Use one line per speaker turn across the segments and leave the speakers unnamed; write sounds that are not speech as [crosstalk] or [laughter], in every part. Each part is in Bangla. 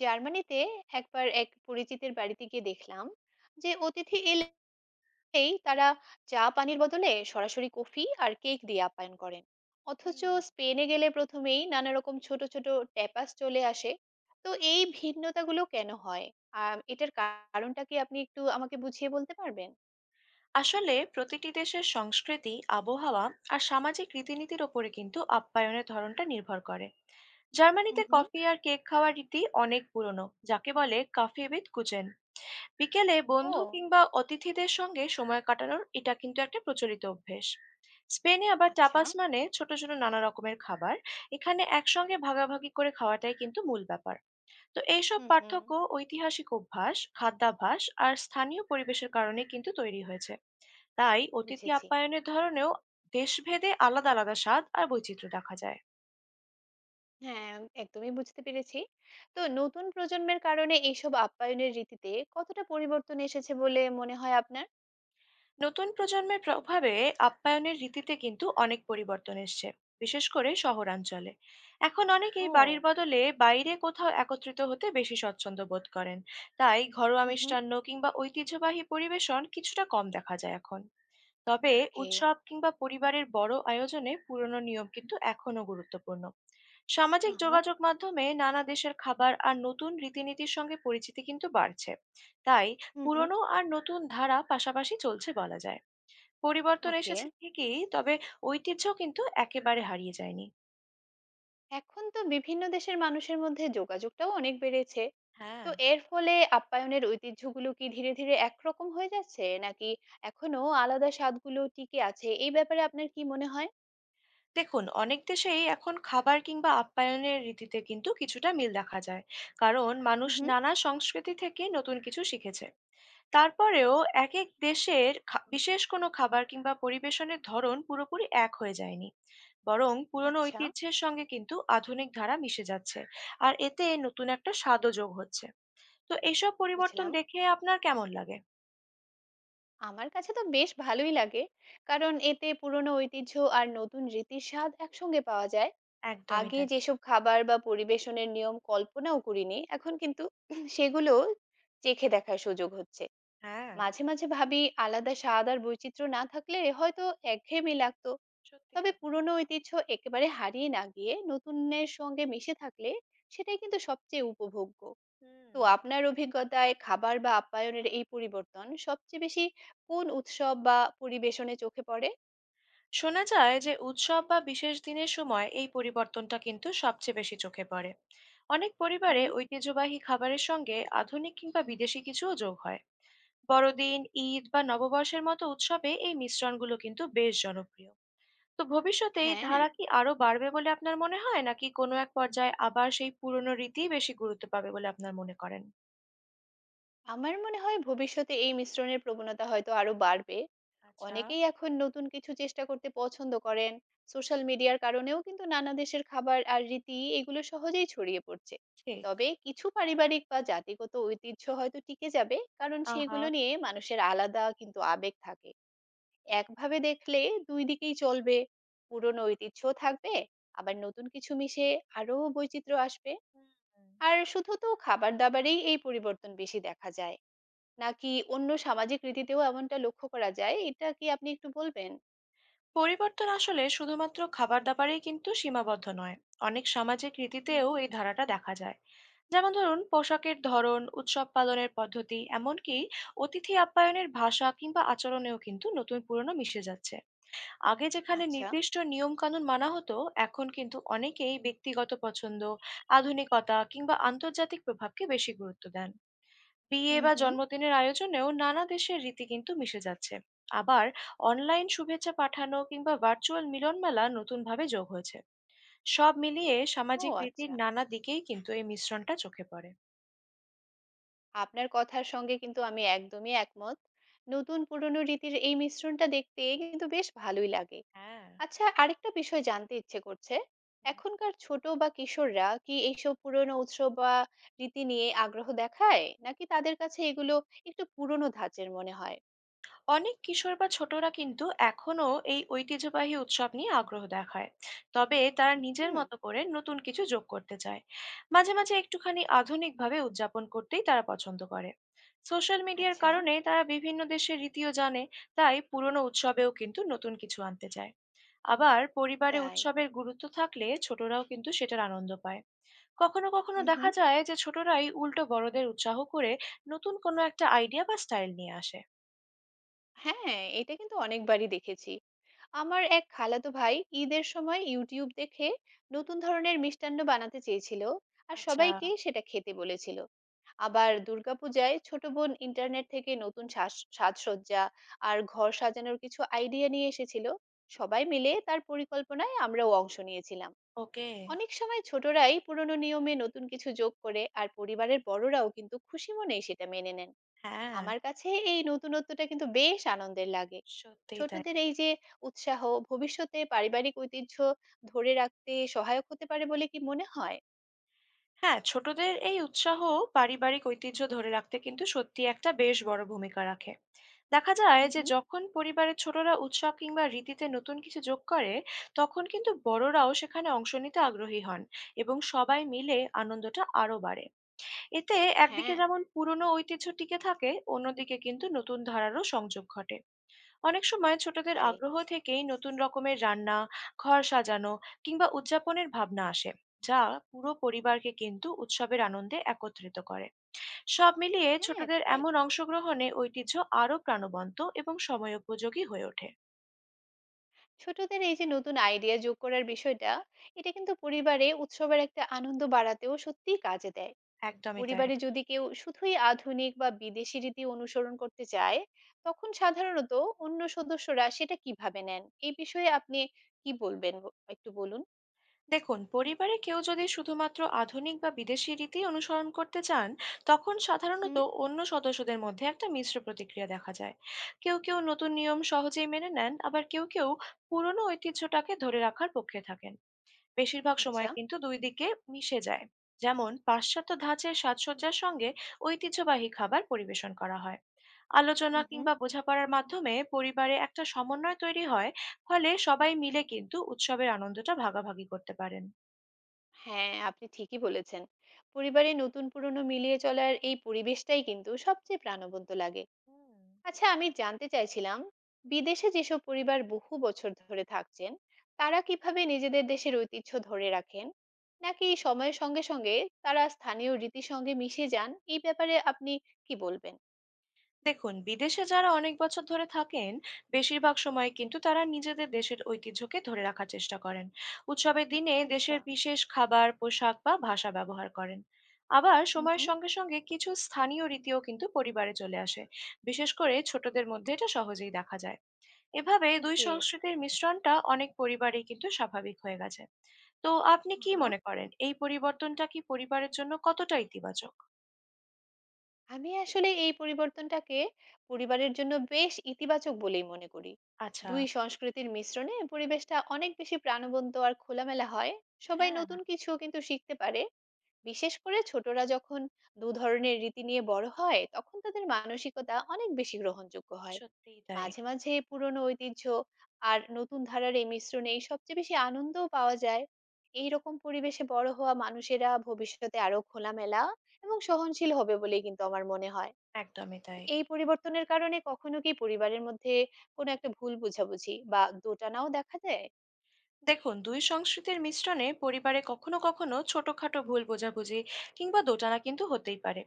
জার্মানিতে একবার এক পরিচিতের বাড়িতে গিয়ে দেখলাম যে অতিথি এলেই তারা চা পানির বদলে সরাসরি কফি আর কেক দিয়ে আপ্যায়ন করেন, অথচ
হুম,
স্পেনে গেলে প্রথমেই নানা রকম ছোট ছোট ট্যাপাস চলে আসে। তো এই ভিন্নতাগুলো কেন হয় আর এটার কারণটা কি আপনি একটু আমাকে বুঝিয়ে বলতে পারবেন?
আসলে প্রতিটি দেশের সংস্কৃতি, আবহাওয়া আর সামাজিক রীতিনীতির ওপরে কিন্তু আপ্যায়নের ধরনটা নির্ভর করে।
হুম
জার্মানিতে
হুম।
কফি আর কেক খাওয়ার রীতি অনেক পুরনো, যাকে বলে কফি উইথ কুচেন। বিকেলে বন্ধু
ও
কিংবা অতিথিদের সঙ্গে সময় কাটানোর এটা কিন্তু একটা প্রচলিত অভ্যেস। স্পেনে আবার
আচ্ছা।
টাপাস মানে ছোট ছোট নানা রকমের খাবার। এখানে একসঙ্গে ভাগাভাগি করে খাওয়াটাই কিন্তু মূল ব্যাপার। তো এইসব
হুম হুম।
পার্থক্য ঐতিহাসিক অভ্যাস, খাদ্যাভ্যাস আর স্থানীয় পরিবেশের কারণে কিন্তু তৈরি হয়েছে। তাই অতিথি
বুঝেছি।
আপ্যায়নের ধরনেও দেশভেদে আলাদা আলাদা স্বাদ আর বৈচিত্র্য দেখা যায়।
হ্যাঁ, একদমই বুঝতে পেরেছি। তো নতুন প্রজন্মের কারণে এইসব আপ্যায়নের রীতিতে কতটা পরিবর্তন এসেছে বলে মনে হয় আপনার?
নতুন প্রজন্মের প্রভাবে আপ্যায়নের রীতিতে কিন্তু অনেক পরিবর্তন এসছে। বিশেষ করে শহরাঞ্চলে এখন অনেকেই বাড়ির
ও!
বদলে বাইরে কোথাও একত্রিত হতে বেশি স্বচ্ছন্দ বোধ করেন। তাই ঘরোয়া
হু, হু।
মিষ্টান্ন কিংবা ঐতিহ্যবাহী পরিবেশন কিছুটা কম দেখা যায় এখন। তবে
ওকে।
উৎসব কিংবা পরিবারের বড় আয়োজনে পুরনো নিয়ম কিন্তু এখনো গুরুত্বপূর্ণ। সামাজিক
আহা!
যোগাযোগ মাধ্যমে নানা দেশের খাবার আর নতুন রীতিনীতির সঙ্গে পরিচিতি কিন্তু বাড়ছে। তাই
হু, হু।
পুরনো আর নতুন ধারা পাশাপাশি চলছে বলা যায়। পরিবর্তন
ওকে।
এসেছে ঠিকই, তবে ঐতিহ্য কিন্তু একেবারে হারিয়ে যায়নি।
এখন তো বিভিন্ন দেশের মানুষের মধ্যে যোগাযোগটাও অনেক বেড়েছে। তো
হ্যাঁ।
এর ফলে আপ্যায়নের ঐতিহ্যগুলো কি ধীরে, ধীরে একরকম হয়ে যাচ্ছে? নাকি এখনো আলাদা স্বাদগুলো টিকে আছে? এই ব্যাপারে আপনার কি মনে হয়?
দেখুন, অনেক দেশেই এখন খাবার কিংবা আপ্যায়নের রীতিতে কিন্তু কিছুটা মিল দেখা যায়। কারণ
হু,
মানুষ
হু।
নানা সংস্কৃতি থেকে নতুন কিছু শিখেছে। তারপরেও একেক দেশের বিশেষ কোনো খাবার কিংবা পরিবেশনের ধরন পুরোপুরি এক হয়ে যায়নি। বরং পুরনো
আচ্ছা,
ঐতিহ্যের সঙ্গে কিন্তু আধুনিক ধারা মিশে যাচ্ছে। আর এতে নতুন একটা স্বাদও যোগ হচ্ছে। তো এইসব পরিবর্তন
বুঝলাম।
দেখে আপনার কেমন লাগে?
আমার কাছে তো বেশ ভালোই লাগে, কারণ এতে পুরনো ঐতিহ্য আর নতুন রীতির স্বাদ একসঙ্গে পাওয়া যায়।
একদমই
আগে
তাই।
যেসব খাবার বা পরিবেশনের নিয়ম কল্পনাও করিনি, এখন কিন্তু [clears throat] সেগুলো চেখে দেখার সুযোগ হচ্ছে।
হ্যাঁ,
মাঝে মাঝে ভাবি, আলাদা স্বাদ আর বৈচিত্র্য না থাকলে হয়তো একঘেয়েমি লাগতো।
সত্যিই
তবে
তো।
পুরনো ঐতিহ্য একেবারে হারিয়ে না গিয়ে নতুনের সঙ্গে মিশে থাকলে সেটাই কিন্তু সবচেয়ে উপভোগ্য।
হুম।
তো আপনার অভিজ্ঞতায় খাবার বা আপ্যায়নের এই পরিবর্তন সবচেয়ে বেশি কোন উৎসব বা পরিবেশনে চোখে পড়ে?
শোনা যায় যে উৎসব বা বিশেষ দিনের সময় এই পরিবর্তনটা কিন্তু সবচেয়ে বেশি চোখে পড়ে। অনেক পরিবারে
হুম।
ঐতিহ্যবাহী খাবারের সঙ্গে আধুনিক কিংবা বিদেশি কিছুও যোগ হয়। বড়দিন, ঈদ বা নববর্ষের মতো উৎসবে এই মিশ্রণগুলো কিন্তু বেশ জনপ্রিয়। তো ভবিষ্যতে এই
হ্যাঁ,
ধারা কি আরো বাড়বে বলে আপনার মনে হয়? নাকি কোনো এক পর্যায়ে আবার সেই পুরনো রীতিই বেশি গুরুত্ব পাবে বলে আপনার মনে করেন?
আমার মনে হয় ভবিষ্যতে এই মিশ্রণের প্রবণতা হয়তো আরো বাড়বে।
আচ্ছা।
অনেকেই এখন নতুন কিছু চেষ্টা করতে পছন্দ করেন। সোশ্যাল মিডিয়ার কারণেও কিন্তু নানা দেশের খাবার আর রীতি এগুলো সহজেই ছড়িয়ে পড়ছে।
ঠিক।
তবে কিছু পারিবারিক বা জাতিগত ঐতিহ্য হয়তো টিকে যাবে, কারণ
আহা!
সেগুলো নিয়ে মানুষের আলাদা কিন্তু আবেগ থাকে। একভাবে দেখলে দুই দিকেই চলবে, পুরনো ঐতিহ্যও থাকবে, আবার নতুন কিছু মিশে আরো বৈচিত্র্য আসবে।
হুম।
আর শুধু তো খাবার দাবারেই এই পরিবর্তন বেশি দেখা যায়, নাকি অন্য সামাজিক রীতিতেও এমনটা লক্ষ্য করা যায়, এটা কি আপনি একটু বলবেন?
পরিবর্তন আসলে শুধুমাত্র খাবার দাবারেই কিন্তু সীমাবদ্ধ নয়। অনেক সামাজিক
হুম।
রীতিতেও এই ধারাটা দেখা যায়। যেমন ধরুন, পোশাকের ধরন, উৎসব পালনের পদ্ধতি, এমনকি অতিথি আপ্যায়নের ভাষা কিংবা আচরণেও কিন্তু নতুন পুরনো মিশে যাচ্ছে। আগে যেখানে
আচ্ছা।
নির্দিষ্ট নিয়মকানুন মানা হতো, এখন কিন্তু অনেকেই ব্যক্তিগত পছন্দ, আধুনিকতা কিংবা আন্তর্জাতিক প্রভাবকে বেশি গুরুত্ব দেন। বিয়ে
হুম
বা
হুম।
জন্মদিনের আয়োজনেও নানা দেশের রীতি কিন্তু মিশে যাচ্ছে। আবার অনলাইন শুভেচ্ছা পাঠানো কিংবা ভার্চুয়াল মিলনমেলা নতুনভাবে যোগ হয়েছে। সব মিলিয়ে
ও
সামাজিক রীতির
আচ্ছা।
নানা দিকেই কিন্তু এই মিশ্রণটা চোখে পড়ে।
আপনার কথার সঙ্গে কিন্তু আমি একদমই একমত। নতুন পুরনো রীতির এই মিশ্রণটা দেখতে কিন্তু বেশ ভালোই লাগে।
হ্যাঁ।
আচ্ছা, আরেকটা বিষয় জানতে ইচ্ছে করছে। এখনকার ছোট বা কিশোররা কি এইসব পুরনো উৎসব বা রীতি নিয়ে আগ্রহ দেখায়, নাকি তাদের কাছে এগুলো একটু পুরনো ধাঁচের মনে হয়?
অনেক কিশোর বা ছোটরা কিন্তু এখনো এই ঐতিহ্যবাহী উৎসব নিয়ে আগ্রহ দেখায়। তবে তারা নিজের
হুম।
মতো করে নতুন কিছু যোগ করতে চায়। মাঝে মাঝে একটুখানি আধুনিকভাবে উদযাপন করতেই তারা পছন্দ করে। সোশ্যাল মিডিয়ার
আচ্ছা।
কারণে তারা বিভিন্ন দেশের রীতিও জানে। তাই পুরনো উৎসবেও কিন্তু নতুন কিছু আনতে চায়। আবার পরিবারে
তাই।
উৎসবের গুরুত্ব থাকলে ছোটরাও কিন্তু সেটার আনন্দ পায়। কখনো কখনো
হুম
দেখা
হুম।
যায় যে ছোটরাই উল্টো বড়দের উৎসাহ করে নতুন কোনো একটা আইডিয়া বা স্টাইল নিয়ে আসে।
হ্যাঁ, এটা কিন্তু অনেকবারই দেখেছি। আমার এক খালাতো ভাই ঈদের সময় ইউটিউব দেখে নতুন ধরনের মিষ্টান্ন বানাতে চেয়েছিল আর
আচ্ছা।
সবাইকে সেটা খেতে বলেছিল। আবার দুর্গাপূজায় ছোট বোন ইন্টারনেট থেকে নতুন সাজসজ্জা আর ঘর সাজানোর কিছু আইডিয়া নিয়ে এসেছিল। সবাই মিলে তার পরিকল্পনায় আমরাও অংশ নিয়েছিলাম।
ওকে,
অনেক সময় ছোটরাই পুরনো নিয়মে নতুন কিছু যোগ করে আর পরিবারের বড়রাও কিন্তু খুশি মনেই সেটা মেনে নেন।
হ্যাঁ,
আমার কাছে এই নতুনত্বটা কিন্তু বেশ আনন্দের লাগে।
সত্যিই তাই।
ছোটদের এই যে উৎসাহ ভবিষ্যতে পারিবারিক ঐতিহ্য ধরে রাখতে সহায়ক হতে পারে বলে কি মনে হয়?
হ্যাঁ, ছোটদের এই উৎসাহ পারিবারিক ঐতিহ্য ধরে রাখতে কিন্তু সত্যিই একটা বেশ বড় ভূমিকা রাখে। দেখা যায়
হুম
যে
হুম।
যখন পরিবারের ছোটরা উৎসব কিংবা রীতিতে নতুন কিছু যোগ করে, তখন কিন্তু বড়রাও সেখানে অংশ নিতে আগ্রহী হন এবং সবাই মিলে আনন্দটা আরো বাড়ে। এতে একদিকে
হ্যাঁ,
যেমন পুরনো ঐতিহ্য টিকে থাকে, অন্যদিকে কিন্তু নতুন ধারারও সংযোগ ঘটে। অনেক সময় ছোটদের
তাই।
আগ্রহ থেকেই নতুন রকমের রান্না, ঘর সাজানো কিংবা উদযাপনের ভাবনা আসে, যা পুরো পরিবারকে কিন্তু উৎসবের আনন্দে একত্রিত করে। সব মিলিয়ে
হ্যাঁ,
ছোটদের
তাই।
এমন অংশগ্রহণে ঐতিহ্য আরো প্রাণবন্ত এবং সময়োপযোগী হয়ে ওঠে।
ছোটদের এই যে নতুন আইডিয়া যোগ করার বিষয়টা, এটা কিন্তু পরিবারে উৎসবের একটা আনন্দ বাড়াতেও সত্যিই কাজে দেয়।
একদমই তাই।
পরিবারে যদি কেউ শুধুই আধুনিক বা বিদেশি রীতি অনুসরণ করতে চায়, তখন সাধারণত অন্য সদস্যরা সেটা কিভাবে নেন? এই বিষয়ে আপনি কি বলবেন? একটু বলুন।
দেখুন, পরিবারে কেউ যদি শুধুমাত্র আধুনিক বা বিদেশি রীতি অনুসরণ করতে চান, তখন সাধারণত
হুম,
অন্য সদস্যদের মধ্যে একটা মিশ্র প্রতিক্রিয়া দেখা যায়। কেউ কেউ নতুন নিয়ম সহজেই মেনে নেন, আবার কেউ কেউ পুরনো ঐতিহ্যটাকে ধরে রাখার পক্ষে থাকেন। বেশিরভাগ
আচ্ছা।
সময় কিন্তু দুই দিকে মিশে যায়। যেমন, পাশ্চাত্য ধাঁচের সাজসজ্জার সঙ্গে ঐতিহ্যবাহী খাবার পরিবেশন করা হয়। আলোচনা
হুম, হুম।
কিংবা বোঝাপড়ার মাধ্যমে পরিবারে একটা সমন্বয় তৈরি হয়। ফলে সবাই মিলে কিন্তু উৎসবের আনন্দটা ভাগাভাগি করতে পারেন।
হ্যাঁ, আপনি ঠিকই বলেছেন। পরিবারে নতুন পুরনো মিলিয়ে চলার এই পরিবেশটাই কিন্তু সবচেয়ে প্রাণবন্ত লাগে।
হুম,
আচ্ছা, আমি জানতে চাইছিলাম, বিদেশে যেসব পরিবার বহু বছর ধরে থাকছেন, তারা কিভাবে নিজেদের দেশের ঐতিহ্য ধরে রাখেন? নাকি সময়ের সঙ্গে, সঙ্গে তারা স্থানীয় রীতির সঙ্গে মিশে যান? এই ব্যাপারে আপনি কি বলবেন?
দেখুন, বিদেশে যারা অনেক বছর ধরে থাকেন, বেশিরভাগ সময় কিন্তু তারা নিজেদের দেশের ঐতিহ্যকে ধরে রাখার চেষ্টা করেন। উৎসবের দিনে
আচ্ছা।
দেশের বিশেষ খাবার, পোশাক বা ভাষা ব্যবহার করেন। আবার
হুম,
সময়ের
হুম।
সঙ্গে সঙ্গে কিছু স্থানীয় রীতিও কিন্তু পরিবারে চলে আসে। বিশেষ করে ছোটদের মধ্যে এটা সহজেই দেখা যায়। এভাবে দুই
ওকে।
সংস্কৃতির মিশ্রণটা অনেক পরিবারেই কিন্তু স্বাভাবিক হয়ে গেছে। তো আপনি কি
আহা।
মনে করেন, এই পরিবর্তনটা কি পরিবারের জন্য কতটা ইতিবাচক?
আমি আসলে এই পরিবর্তনটাকে পরিবারের জন্য বেশ ইতিবাচক বলেই মনে করি।
আচ্ছা।
দুই সংস্কৃতির মিশ্রণে পরিবেশটা অনেক বেশি প্রাণবন্ত আর খোলামেলা হয়। সবাই
হ্যাঁ।
নতুন কিছু কিন্তু শিখতে পারে। বিশেষ করে ছোটরা যখন দু ধরনের রীতি নিয়ে বড় হয়, তখন তাদের মানসিকতা অনেক বেশি গ্রহণযোগ্য হয়।
সত্যিই তাই।
মাঝে মাঝে পুরনো ঐতিহ্য আর নতুন ধারার এই মিশ্রণেই সবচেয়ে বেশি আনন্দও পাওয়া যায়। এই রকম পরিবেশে বড় হওয়া মানুষেরা ভবিষ্যতে আরো খোলামেলা এবং সহনশীল হবে বলেই কিন্তু আমার মনে হয়।
একদমই তাই।
এই পরিবর্তনের কারণে কখনো কি পরিবারের মধ্যে কোনো একটা ভুল বোঝাবুঝি বা দোটানাও দেখা দেয়?
দেখুন, ২ সংস্কৃতির মিশ্রণে পরিবারে কখনো, কখনো ছোটখাটো ভুল বোঝাবুঝি কিংবা দোটানা কিন্তু হতেই পারে।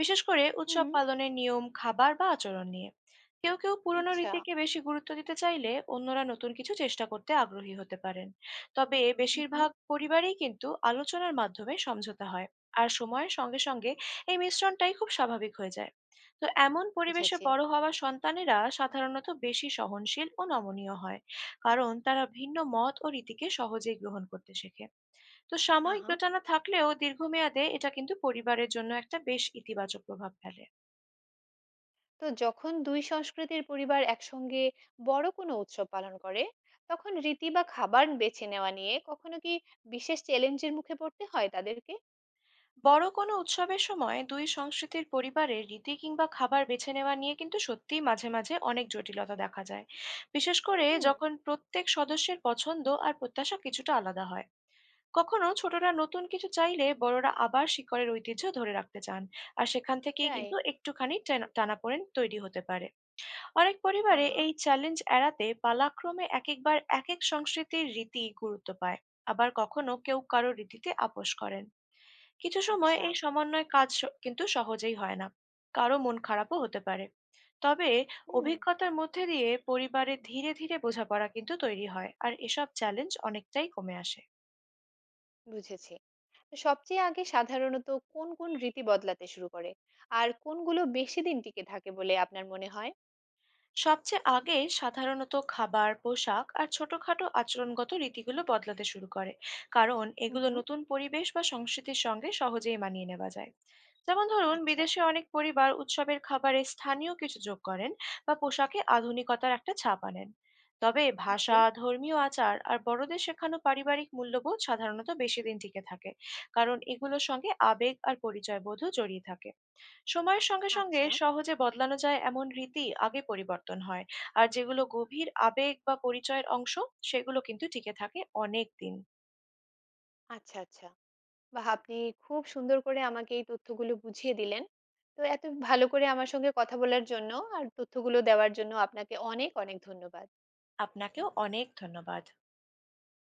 বিশেষ করে
হুম।
উৎসব পালনের নিয়ম, খাবার বা আচরণ নিয়ে। কেউ, কেউ পুরনো
আচ্ছা,
রীতিকে বেশি গুরুত্ব দিতে চাইলে অন্যরা নতুন কিছু চেষ্টা করতে আগ্রহী হতে পারেন। তবে
হুম, হুম,
বেশিরভাগ পরিবারেই কিন্তু আলোচনার মাধ্যমে সমঝোতা হয়। আর সময়ের সঙ্গে, সঙ্গে এই মিশ্রণটাই খুব স্বাভাবিক হয়ে যায়। তো এমন পরিবেশে
বুঝেছি।
বড় হওয়া সন্তানেরা সাধারণত বেশি সহনশীল ও নমনীয় হয়। কারণ তারা ভিন্ন মত ও রীতিকে সহজেই গ্রহণ করতে শেখে। তো
হ্যাঁ,
সাময়িক
হ্যাঁ।
দোটানা থাকলেও দীর্ঘমেয়াদে এটা কিন্তু পরিবারের জন্য একটা বেশ ইতিবাচক প্রভাব ফেলে।
তো যখন দুই সংস্কৃতির পরিবার একসঙ্গে বড় কোনো উৎসব পালন করে, তখন রীতি বা খাবার বেছে নেওয়া নিয়ে কখনো কি বিশেষ চ্যালেঞ্জের মুখে পড়তে হয় তাদেরকে?
বড় কোনো উৎসবের সময় দুই সংস্কৃতির পরিবারের রীতি কিংবা খাবার বেছে নেওয়া নিয়ে কিন্তু সত্যিই মাঝে মাঝে অনেক জটিলতা দেখা যায়। বিশেষ করে
হুম,
যখন প্রত্যেক সদস্যের পছন্দ আর প্রত্যাশা কিছুটা আলাদা হয়। কখনো ছোটরা নতুন কিছু চাইলে বড়রা আবার শিকড়ের ঐতিহ্য ধরে রাখতে চান। আর সেখান থেকেই
তাই।
কিন্তু একটুখানি টানাপোড়েন তৈরি হতে পারে। অনেক
হ্যাঁ,
পরিবারে
হ্যাঁ।
এই চ্যালেঞ্জ এড়াতে পালাক্রমে একেকবার একেক সংস্কৃতির রীতি গুরুত্ব পায়। আবার কখনো কেউ কারো রীতিতে আপোষ করেন। কিছু সময়
আচ্ছা,
এই সমন্বয় কিন্তু সহজেই হয় না। কারো মন খারাপও হতে পারে। তবে
হুম,
অভিজ্ঞতার মধ্যে দিয়ে পরিবারে ধীরে ধীরে বোঝাপড়া কিন্তু তৈরি হয়, আর এসব চ্যালেঞ্জ অনেকটাই কমে আসে।
বুঝেছি। তো সবচেয়ে আগে সাধারণত কোন কোন রীতি বদলাতে শুরু করে? আর কোনগুলো বেশি দিন টিকে থাকে বলে আপনার মনে হয়?
সবচেয়ে আগে সাধারণত খাবার, পোশাক আর ছোটখাটো আচরণগত রীতিগুলো বদলাতে শুরু করে। কারণ
হুম,
এগুলো
হুম।
নতুন পরিবেশ বা সংস্কৃতির সঙ্গে সহজেই মানিয়ে নেওয়া যায়। যেমন ধরুন,
আচ্ছা।
বিদেশে অনেক পরিবার উৎসবের খাবারে স্থানীয় কিছু যোগ করেন বা পোশাকে আধুনিকতার একটা ছাপ আনেন। তবে
ওকে।
ভাষা, ধর্মীয় আচার আর বড়দের শেখানো পারিবারিক মূল্যবোধ সাধারণত বেশি দিন টিকে থাকে। কারণ এগুলোর সঙ্গে আবেগ আর পরিচয়বোধও জড়িয়ে থাকে। সময়ের সঙ্গে সঙ্গে
আচ্ছা,
সহজে বদলানো যায় এমন রীতি আগে পরিবর্তন হয়, আর যেগুলো গভীর আবেগ বা পরিচয়ের অংশ সেগুলো কিন্তু টিকে থাকে অনেক দিন।
আচ্ছা, আচ্ছা। বাহ! আপনি খুব সুন্দর করে আমাকে এই তথ্যগুলো বুঝিয়ে দিলেন। তো এত ভালো করে আমার সঙ্গে কথা বলার জন্য আর তথ্যগুলো দেওয়ার জন্য আপনাকে অনেক, অনেক ধন্যবাদ।
আপনাকেও অনেক ধন্যবাদ।